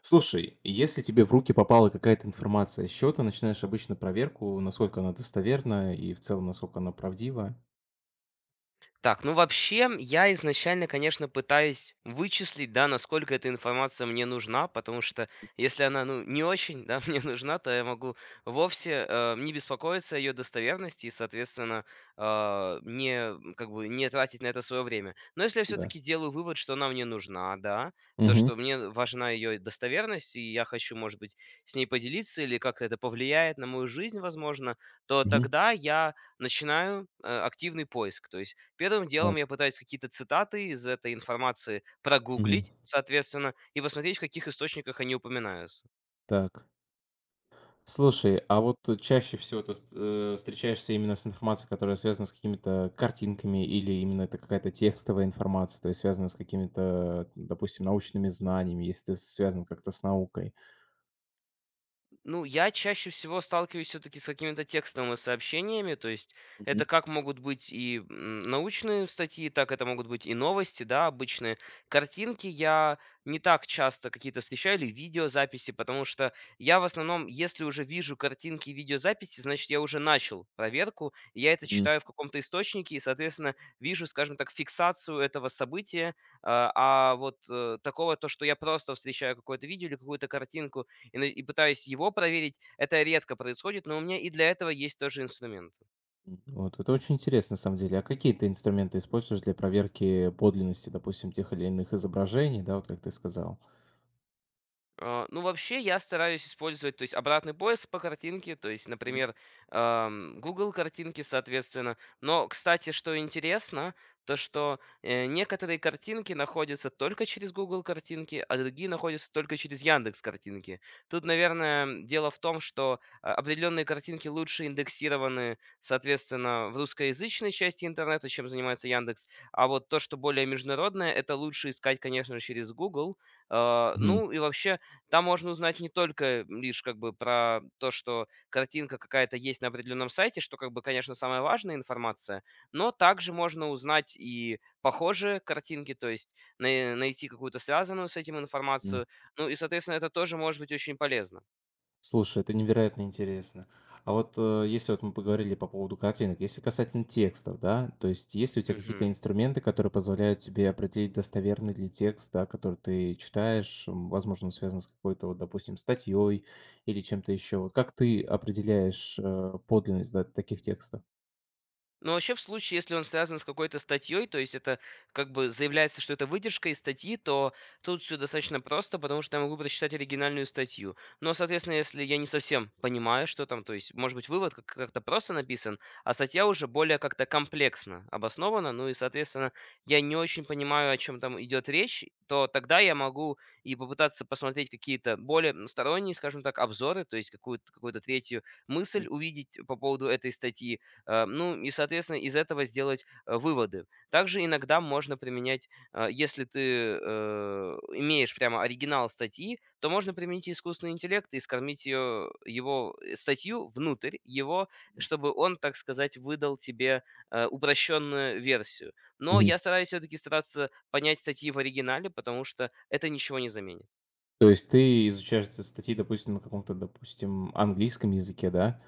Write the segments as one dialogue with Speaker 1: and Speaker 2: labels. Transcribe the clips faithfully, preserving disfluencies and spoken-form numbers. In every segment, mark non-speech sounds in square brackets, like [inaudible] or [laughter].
Speaker 1: Слушай, если тебе в руки попала какая-то информация с счета, начинаешь обычно проверку, насколько она достоверна и в целом, насколько она правдива?
Speaker 2: Так, ну вообще, я изначально, конечно, пытаюсь вычислить, да, насколько эта информация мне нужна, потому что если она, ну, не очень, да, [laughs] мне нужна, то я могу вовсе э, не беспокоиться о ее достоверности и, соответственно, а, не, м, как бы, не тратить на это свое время. Но если я
Speaker 1: Да.
Speaker 2: все-таки делаю вывод, что она мне нужна, да, то,
Speaker 1: Мгм.
Speaker 2: что мне важна ее достоверность, и я хочу, может быть, с ней поделиться, или как-то это повлияет на мою жизнь, возможно, то
Speaker 1: Мгм.
Speaker 2: тогда я начинаю э, активный поиск. То есть первым делом я
Speaker 1: Так.
Speaker 2: пытаюсь какие-то цитаты из этой информации
Speaker 1: Мгм.
Speaker 2: прогуглить, соответственно, и посмотреть, в каких источниках они упоминаются.
Speaker 1: Так. Слушай, а вот чаще всего ты ст э, встречаешься именно с информацией, которая связана с какими-то картинками, или именно это какая-то текстовая информация, то есть связана с какими-то, допустим, научными знаниями, если ты связан как-то с наукой?
Speaker 2: Ну, я чаще всего сталкиваюсь все-таки с какими-то текстовыми сообщениями, то есть это как могут быть и м, научные статьи, так это могут быть и новости, да, обычные. Картинки я не так часто какие-то встречаю, или видеозаписи, потому что я в основном, если уже вижу картинки и видеозаписи, значит, я уже начал проверку, и я это
Speaker 1: Мгм.
Speaker 2: читаю в каком-то источнике, и, соответственно, вижу, скажем так, фиксацию этого события, а а вот э, такого, то, что я просто встречаю какое-то видео или какую-то картинку, и на и пытаюсь его проверить. Это редко происходит, но у меня и для этого есть тоже инструмент.
Speaker 1: М, Вот, это очень интересно, на самом деле. А какие ты инструменты используешь для проверки подлинности, допустим, тех или иных изображений, да, вот как ты сказал?
Speaker 2: А, ну, вообще, я стараюсь использовать, то есть, обратный поиск по картинке, то есть,
Speaker 1: Мгм.
Speaker 2: например, ам, Google картинки, соответственно. Но, кстати, что интересно, то что э, некоторые картинки находятся только через Google картинки, а другие находятся только через Яндекс картинки. Тут, наверное, дело в том, что а, определенные картинки лучше индексированы, соответственно, в русскоязычной части интернета, чем занимается Яндекс. А вот то, что более международное, это лучше искать, конечно, через Google. А,
Speaker 1: Мгм.
Speaker 2: ну и вообще, там можно узнать не только лишь как бы про то, что картинка какая-то есть на определенном сайте, что как бы, конечно, самая важная информация, но также можно узнать и похожие картинки, то есть най- найти какую-то связанную с этим
Speaker 1: М.
Speaker 2: информацию. Ну и, соответственно, это тоже может быть очень полезно.
Speaker 1: Слушай, это невероятно интересно. А вот, э, если вот мы поговорили по поводу картинок, если касательно текстов, да, то есть есть ли у тебя какие-то
Speaker 2: Мгм.
Speaker 1: инструменты, которые позволяют тебе определить, достоверный ли текст, да, который ты читаешь, м, возможно, он связан с какой-то, вот, допустим, статьей или чем-то еще. Вот как ты определяешь э, подлинность, да, таких текстов?
Speaker 2: Но вообще в случае, если он связан с какой-то статьей, то есть это как бы заявляется, что это выдержка из статьи, то тут все достаточно просто, потому что я могу прочитать оригинальную статью. Но, соответственно, если я не совсем понимаю, что там, то есть, может быть, вывод как- как-то просто написан, а статья уже более как-то комплексно обоснована, ну и, соответственно, я не очень понимаю, о чем там идет речь, то тогда я могу и попытаться посмотреть какие-то более м, сторонние, скажем так, обзоры, то есть какую-то какую-то третью мысль увидеть по поводу этой статьи. Э, ну и, соответственно, из этого сделать, э, выводы. Также иногда можно применять, э, если ты, э, имеешь прямо оригинал статьи, то можно применить искусственный интеллект и скормить ее его э, статью внутрь его, чтобы он, так сказать, выдал тебе, э, упрощенную версию. Но
Speaker 1: Мгм.
Speaker 2: я стараюсь все таки стараться понять статьи в оригинале, потому что это ничего не заменит.
Speaker 1: То есть ты изучаешь эти статьи, допустим, на каком-то, допустим, английском языке, да?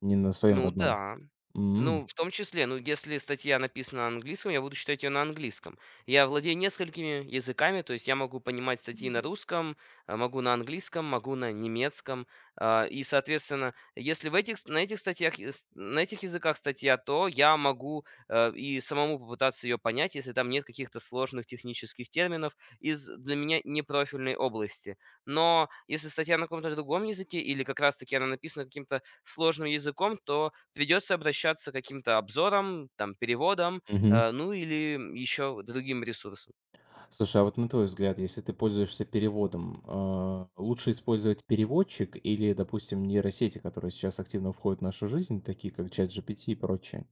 Speaker 1: Не на своем
Speaker 2: Ну
Speaker 1: родном.
Speaker 2: да.
Speaker 1: М.
Speaker 2: Ну, в том числе, ну, если статья написана на английском, я буду читать ее на английском. Я владею несколькими языками, то есть я могу понимать статьи на
Speaker 1: Мгм.
Speaker 2: русском, а, могу на английском, могу на немецком. а, И, соответственно, если в этих, на этих статьях, и с- на этих языках статья, то я могу э, и самому попытаться ее понять, если там нет каких-то сложных технических терминов из для меня непрофильной области. Но если статья на каком-то другом языке или как раз-таки она написана каким-то сложным языком, то придется обращаться к каким-то обзорам, там, переводам,
Speaker 1: Мгм.
Speaker 2: э, ну или еще другим ресурсам.
Speaker 1: Слушай, а вот на твой взгляд, если ты пользуешься переводом, а, лучше использовать переводчик или, допустим, нейросети, которые сейчас активно входят в нашу жизнь, такие как ChatGPT и прочее?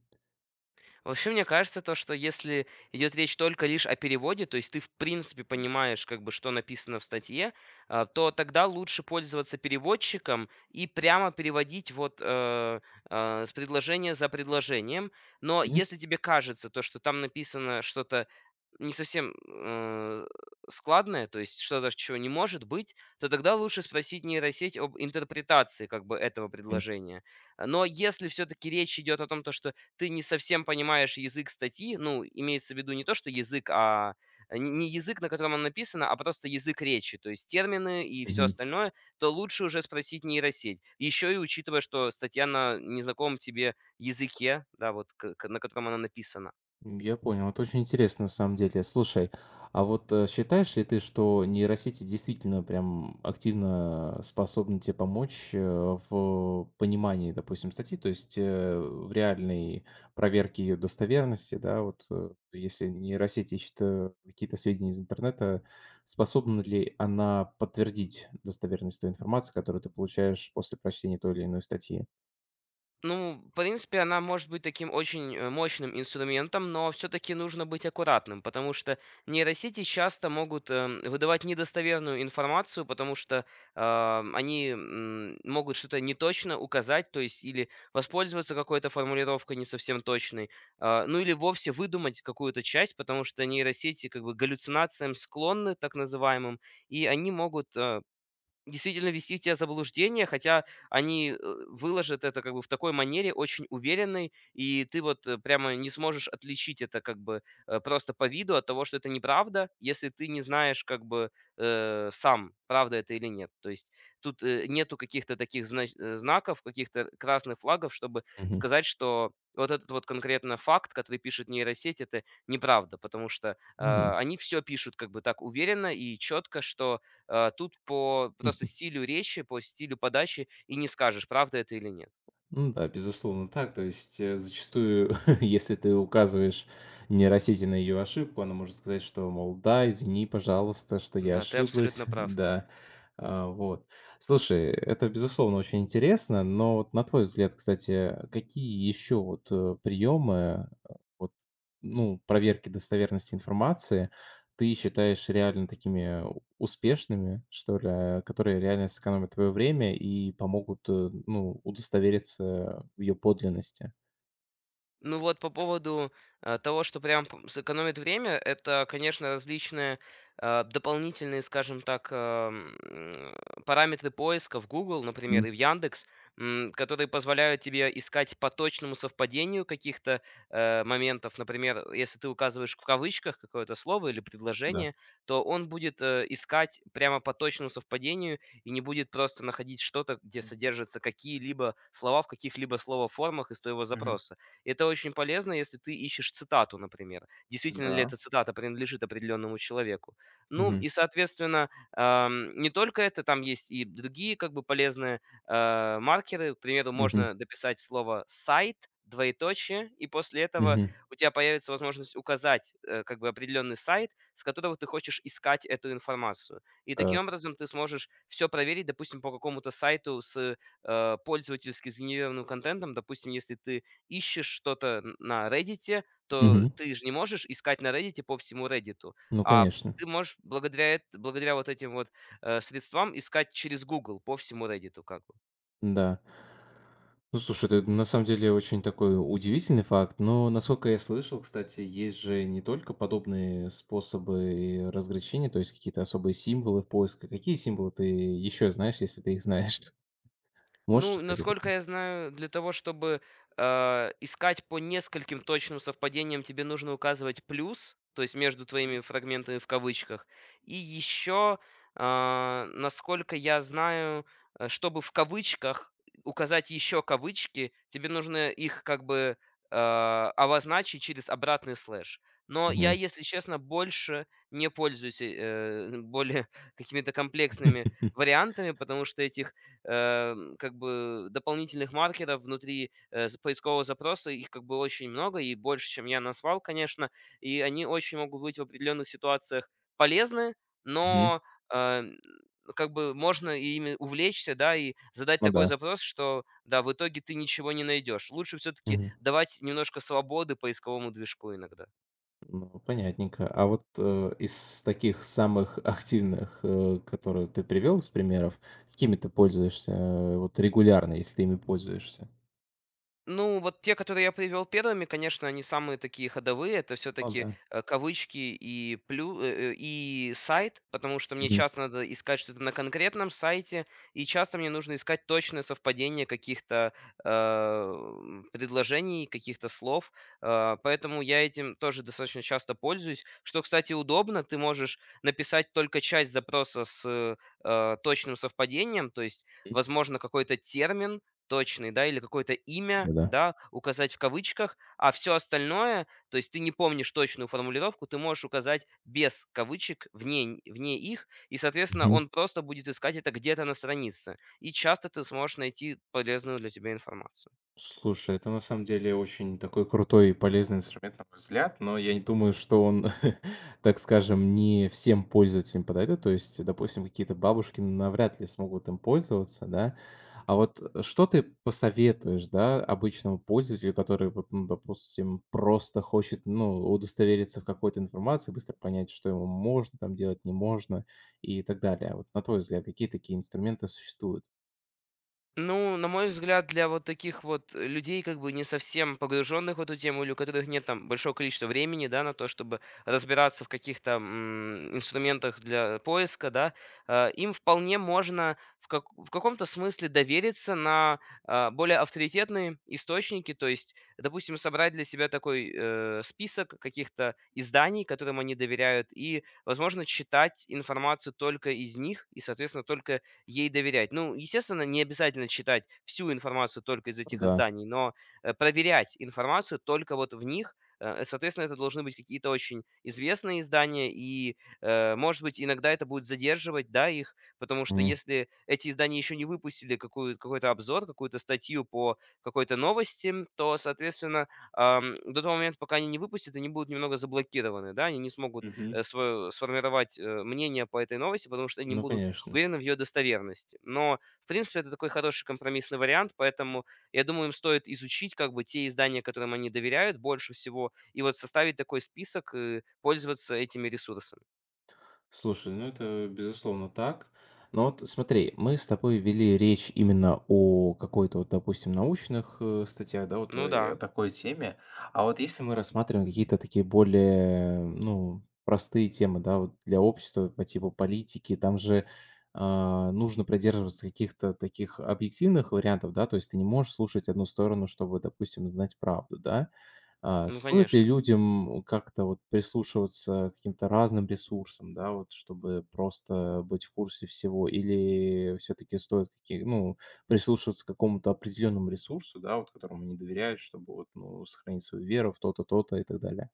Speaker 2: Вообще, мне кажется, то, что если идет речь только лишь о переводе, то есть ты в принципе понимаешь, как бы, что написано в статье, а, то тогда лучше пользоваться переводчиком и прямо переводить вот э, э, с предложения за предложением. Но
Speaker 1: М?
Speaker 2: если тебе кажется то, что там написано что-то не совсем э, складное, то есть что-то, чего не может быть, то тогда лучше спросить нейросеть об интерпретации как бы этого предложения. Но если все-таки речь идет о том, то, что ты не совсем понимаешь язык статьи. Ну, имеется в виду не то, что язык, а н- не язык, на котором она написана, а просто язык речи, то есть термины и все
Speaker 1: Мгм.
Speaker 2: остальное, то лучше уже спросить нейросеть. Еще и учитывая, что статья на незнакомом тебе языке, да, вот к- к- на котором она написана.
Speaker 1: М, Я понял. Это очень интересно на самом деле. Слушай, а вот, э, считаешь ли ты, что нейросети действительно прям активно способны тебе помочь э, в понимании, допустим, статьи, то есть э, в реальной проверке ее достоверности, да, вот, э, если нейросеть ищет э, какие-то сведения из интернета, способна ли она подтвердить достоверность той информации, которую ты получаешь после прочтения той или иной статьи?
Speaker 2: Ну, в принципе, она может быть таким очень э, мощным инструментом, но все-таки нужно быть аккуратным, потому что нейросети часто могут эм, выдавать недостоверную информацию, потому что а, они м, могут что-то неточно указать, то есть или воспользоваться какой-то формулировкой не совсем точной, а, ну или вовсе выдумать какую-то часть, потому что нейросети как бы к галлюцинациям склонны, так называемым, и они могут э, действительно вести тебя в заблуждение, хотя они, э, выложат это как бы в такой манере очень уверенной, и ты вот, э, прямо не сможешь отличить это как бы, э, просто по виду от того, что это неправда, если ты не знаешь как бы, э, сам, правда это или нет. То есть тут, э, нету каких-то таких знач э, знаков, каких-то красных флагов, чтобы
Speaker 1: Мгм.
Speaker 2: сказать, что вот этот вот конкретно факт, который пишет нейросеть, это неправда, потому что,
Speaker 1: Мгм.
Speaker 2: э, они все пишут как бы так уверенно и четко, что Э, тут по просто
Speaker 1: [laughs]
Speaker 2: стилю речи, по стилю подачи и не скажешь, правда это или нет.
Speaker 1: Ну да, безусловно, так. То есть, э, зачастую, [laughs] если ты указываешь нейросети на ее ошибку, она может сказать, что, мол, да, извини, пожалуйста, что я
Speaker 2: Да, ты
Speaker 1: ошиблась, [laughs]
Speaker 2: абсолютно прав.
Speaker 1: да. А, вот. Слушай, это, безусловно, очень интересно, но вот на твой взгляд, кстати, какие еще вот, э, приемы, э, вот, ну, проверки достоверности информации ты считаешь реально такими успешными, что ли, э, которые реально сэкономят твое время и помогут, э, ну, удостовериться в ее подлинности.
Speaker 2: Ну вот по поводу, э, того, что прям п сэкономит время, это, конечно, различные, э, дополнительные, скажем так, эм, параметры поиска в Google,
Speaker 1: Мгм.
Speaker 2: например, и в "Яндекс", м, которые позволяют тебе искать по точному совпадению каких-то, э, моментов. Например, если ты указываешь в кавычках какое-то слово или
Speaker 1: Да.
Speaker 2: предложение, то он будет, э, искать прямо по точному совпадению и не будет просто находить что-то, где
Speaker 1: Мгм.
Speaker 2: содержатся какие-либо слова в каких-либо словоформах из твоего запроса. Это очень полезно, если ты ищешь цитату, например. Действительно ли
Speaker 1: Да.
Speaker 2: эта цитата принадлежит определенному человеку? Ну
Speaker 1: Мгм.
Speaker 2: и, соответственно, ам, не только это, там есть и другие как бы полезные э, маркеры. К примеру,
Speaker 1: Мгм.
Speaker 2: можно дописать слово «сайт», двоеточие, и после этого
Speaker 1: Мгм.
Speaker 2: у тебя появится возможность указать э, как бы определенный сайт, с которого ты хочешь искать эту информацию. И таким
Speaker 1: Так.
Speaker 2: образом ты сможешь все проверить, допустим, по какому-то сайту с э, пользовательски сгенерированным контентом. Допустим, если ты ищешь что-то на "Реддите", то
Speaker 1: Мгм.
Speaker 2: ты же не можешь искать на "Реддите" по всему "Реддиту",
Speaker 1: Ну,
Speaker 2: а
Speaker 1: конечно,
Speaker 2: ты можешь благодаря эт благодаря вот этим вот, э, средствам искать через Google по всему "Реддиту" как бы.
Speaker 1: да. Ну, слушай, это на самом деле очень такой удивительный факт, но, насколько я слышал, кстати, есть же не только подобные способы разграничения, то есть какие-то особые символы в поиске. Какие символы ты еще знаешь, если ты их знаешь? [laughs] Можешь
Speaker 2: Ну,
Speaker 1: рассказать об
Speaker 2: насколько
Speaker 1: этом?
Speaker 2: я знаю, для того, чтобы, а, искать по нескольким точным совпадениям, тебе нужно указывать плюс, то есть между твоими "фрагментами" в кавычках. И еще, а, насколько я знаю, э, чтобы в кавычках указать еще кавычки, тебе нужно их как бы, а, обозначить через обратный слэш. Но я, если честно, больше не пользуюсь, э, [laughs] более какими-то комплексными
Speaker 1: [laughs]
Speaker 2: вариантами, потому что этих эм, как бы дополнительных маркеров внутри э, з- поискового запроса, их как бы очень много и больше, чем я назвал, конечно, и они очень могут быть в определенных ситуациях полезны,
Speaker 1: Мгм.
Speaker 2: но эм, как бы можно и ими увлечься, да, и задать
Speaker 1: Ну
Speaker 2: такой
Speaker 1: да.
Speaker 2: запрос, что, да, в итоге ты ничего не найдешь. Лучше все-таки
Speaker 1: Мгм.
Speaker 2: давать немножко свободы поисковому движку иногда.
Speaker 1: Ну, понятненько. А вот, э, из таких самых активных, э, которые ты привел из примеров, какими ты пользуешься, э, вот регулярно, если ты ими пользуешься?
Speaker 2: Ну, вот те, которые я привел первыми, конечно, они самые такие ходовые. Это
Speaker 1: Ну
Speaker 2: все-таки
Speaker 1: да.
Speaker 2: кавычки и, плю, э, э, и сайт, потому что мне
Speaker 1: Мгм.
Speaker 2: часто надо искать что-то на конкретном сайте, и часто мне нужно искать точное совпадение каких-то э, м, предложений, каких-то слов. Э, поэтому я этим тоже достаточно часто пользуюсь. Что, кстати, удобно, ты можешь написать только часть запроса с э, точным совпадением, то есть, возможно, какой-то термин, точный, да, или какое-то имя,
Speaker 1: Ну да.
Speaker 2: да, указать в кавычках, а все остальное, то есть ты не помнишь точную формулировку, ты можешь указать без кавычек, вне вне их, и, соответственно, он просто будет искать это где-то на странице. И часто ты сможешь найти полезную для тебя информацию.
Speaker 1: Слушай, это на самом деле очень такой крутой и полезный инструмент, на мой взгляд, но я не думаю, что он, [laughs] так скажем, не всем пользователям подойдет. То есть, допустим, какие-то бабушки навряд ли смогут им пользоваться, да. А вот, э, что ты посоветуешь, да, обычному пользователю, который, вот, ну, допустим, просто хочет, ну, удостовериться в какой-то информации, быстро понять, что ему можно там делать, не можно и так далее. Вот на твой взгляд, какие такие инструменты существуют?
Speaker 2: Ну, на мой взгляд, для вот таких вот э, людей, как бы не совсем погруженных в эту тему, или у которых нет там большого количества времени, да, на то, чтобы разбираться в каких-то м, инструментах для поиска, да, э, им вполне можно в, как- в каком-то смысле довериться на а, более авторитетные источники, то есть, допустим, собрать для себя такой э, список каких-то изданий, которым они доверяют, и, возможно, читать информацию только из них, и, соответственно, только ей доверять. Ну, естественно, не обязательно читать всю информацию только из этих
Speaker 1: Да.
Speaker 2: изданий, но э, проверять информацию только вот в них. Э, Соответственно, это должны быть какие-то очень известные издания, и, э, может быть, иногда это будет задерживать, да, их, потому что
Speaker 1: Мгм.
Speaker 2: если эти издания еще не выпустили какую, какой-то обзор, какую-то статью по какой-то новости, то, соответственно, ам, до того момента, пока они не выпустят, они будут немного заблокированы, да, они не смогут э,
Speaker 1: Мгм.
Speaker 2: сво- сформировать э, мнение по этой новости, потому что они
Speaker 1: Ну,
Speaker 2: будут
Speaker 1: конечно.
Speaker 2: уверены в ее достоверности. Но, в принципе, это такой хороший компромиссный вариант, поэтому, я думаю, им стоит изучить как бы те издания, которым они доверяют больше всего, и вот составить такой список и пользоваться этими ресурсами.
Speaker 1: Слушай, ну это безусловно так. Но вот смотри, мы с тобой вели речь именно о какой-то вот, допустим, научных э, статьях, да, вот,
Speaker 2: Ну
Speaker 1: э, о
Speaker 2: да,
Speaker 1: такой теме. А вот если мы рассматриваем какие-то такие более, ну, простые темы, да, вот для общества по типу политики, там же а, нужно придерживаться каких-то таких объективных вариантов, да, то есть ты не можешь слушать одну сторону, чтобы, допустим, знать правду, да. А,
Speaker 2: ну
Speaker 1: стоит ли
Speaker 2: конечно.
Speaker 1: людям как-то вот прислушиваться к каким-то разным ресурсам, да, вот чтобы просто быть в курсе всего? Или все-таки стоит какие, ну, прислушиваться к какому-то определенному ресурсу, да, вот которому они доверяют, чтобы вот, ну, сохранить свою веру в то-то, то-то и так далее?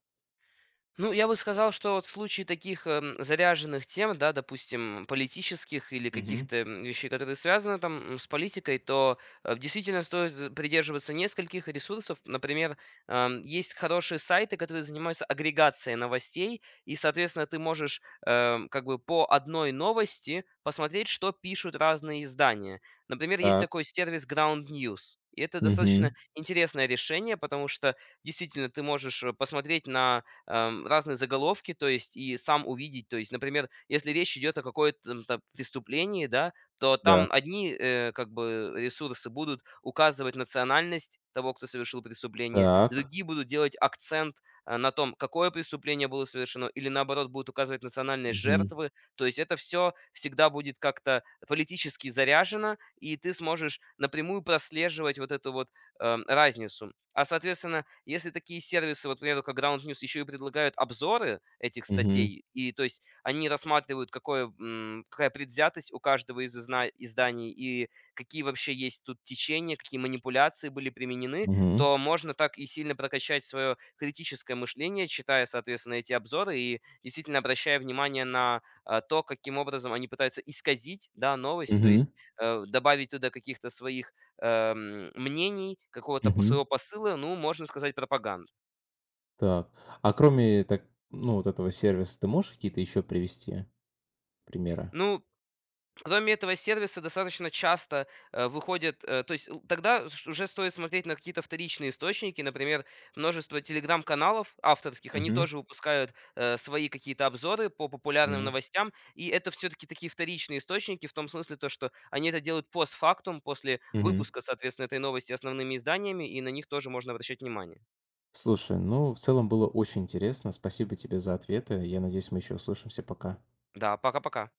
Speaker 2: Ну, я бы сказал, что вот в случае таких эм, заряженных тем, да, допустим, политических или
Speaker 1: Мгм.
Speaker 2: каких-то м, вещей, которые связаны там м, с политикой, то э, действительно стоит э, придерживаться нескольких ресурсов. Например, ам, есть хорошие сайты, которые занимаются агрегацией новостей, и, соответственно, ты можешь эм, как бы по одной новости посмотреть, что пишут разные издания. Например, есть
Speaker 1: Так.
Speaker 2: такой сервис Ground News. И это достаточно
Speaker 1: Мгм.
Speaker 2: интересное решение, потому что действительно ты можешь э, посмотреть на эм, разные заголовки, то есть и сам увидеть. То есть, например, если речь идет о какой-то м, там преступлении, да, то
Speaker 1: Да.
Speaker 2: там одни э, как бы ресурсы будут указывать национальность того, кто совершил преступление,
Speaker 1: Так.
Speaker 2: другие будут делать акцент э, на том, какое преступление было совершено, или наоборот будут указывать национальные
Speaker 1: Мгм.
Speaker 2: жертвы. То есть это все всегда будет как-то политически заряжено, и ты сможешь напрямую прослеживать вот эту вот эм, разницу. А, соответственно, если такие сервисы, вот, к примеру, как Ground News, еще и предлагают обзоры этих
Speaker 1: Мгм.
Speaker 2: статей, и то есть они рассматривают, какое, м, какая предвзятость у каждого из изна- изданий и какие вообще есть тут течения, какие манипуляции были применены,
Speaker 1: Мгм.
Speaker 2: то можно так и сильно прокачать свое критическое мышление, читая, соответственно, эти обзоры и действительно обращая внимание на а, то, каким образом они пытаются исказить да, новость, то
Speaker 1: Мгм.
Speaker 2: есть э, добавить туда каких-то своих эм, мнений, какого-то по-
Speaker 1: Мгм.
Speaker 2: своего посыла, ну, можно сказать, пропаганды.
Speaker 1: Так. А кроме так, ну, вот этого сервиса, ты можешь какие-то еще привести примеры?
Speaker 2: Ну, кроме этого сервиса достаточно часто э, выходят, э, то есть л- тогда ш- уже стоит смотреть на какие-то вторичные источники, например, множество телеграм-каналов авторских, они
Speaker 1: Мгм.
Speaker 2: тоже выпускают э, свои какие-то обзоры по популярным
Speaker 1: Мгм.
Speaker 2: новостям, и это все-таки такие вторичные источники в том смысле то, что они это делают постфактум, после
Speaker 1: Мгм.
Speaker 2: выпуска, соответственно, этой новости основными изданиями, и на них тоже можно обращать внимание.
Speaker 1: Слушай, ну, в целом было очень интересно. Спасибо тебе за ответы. Я надеюсь, мы еще услышимся. Пока.
Speaker 2: Да, пока-пока.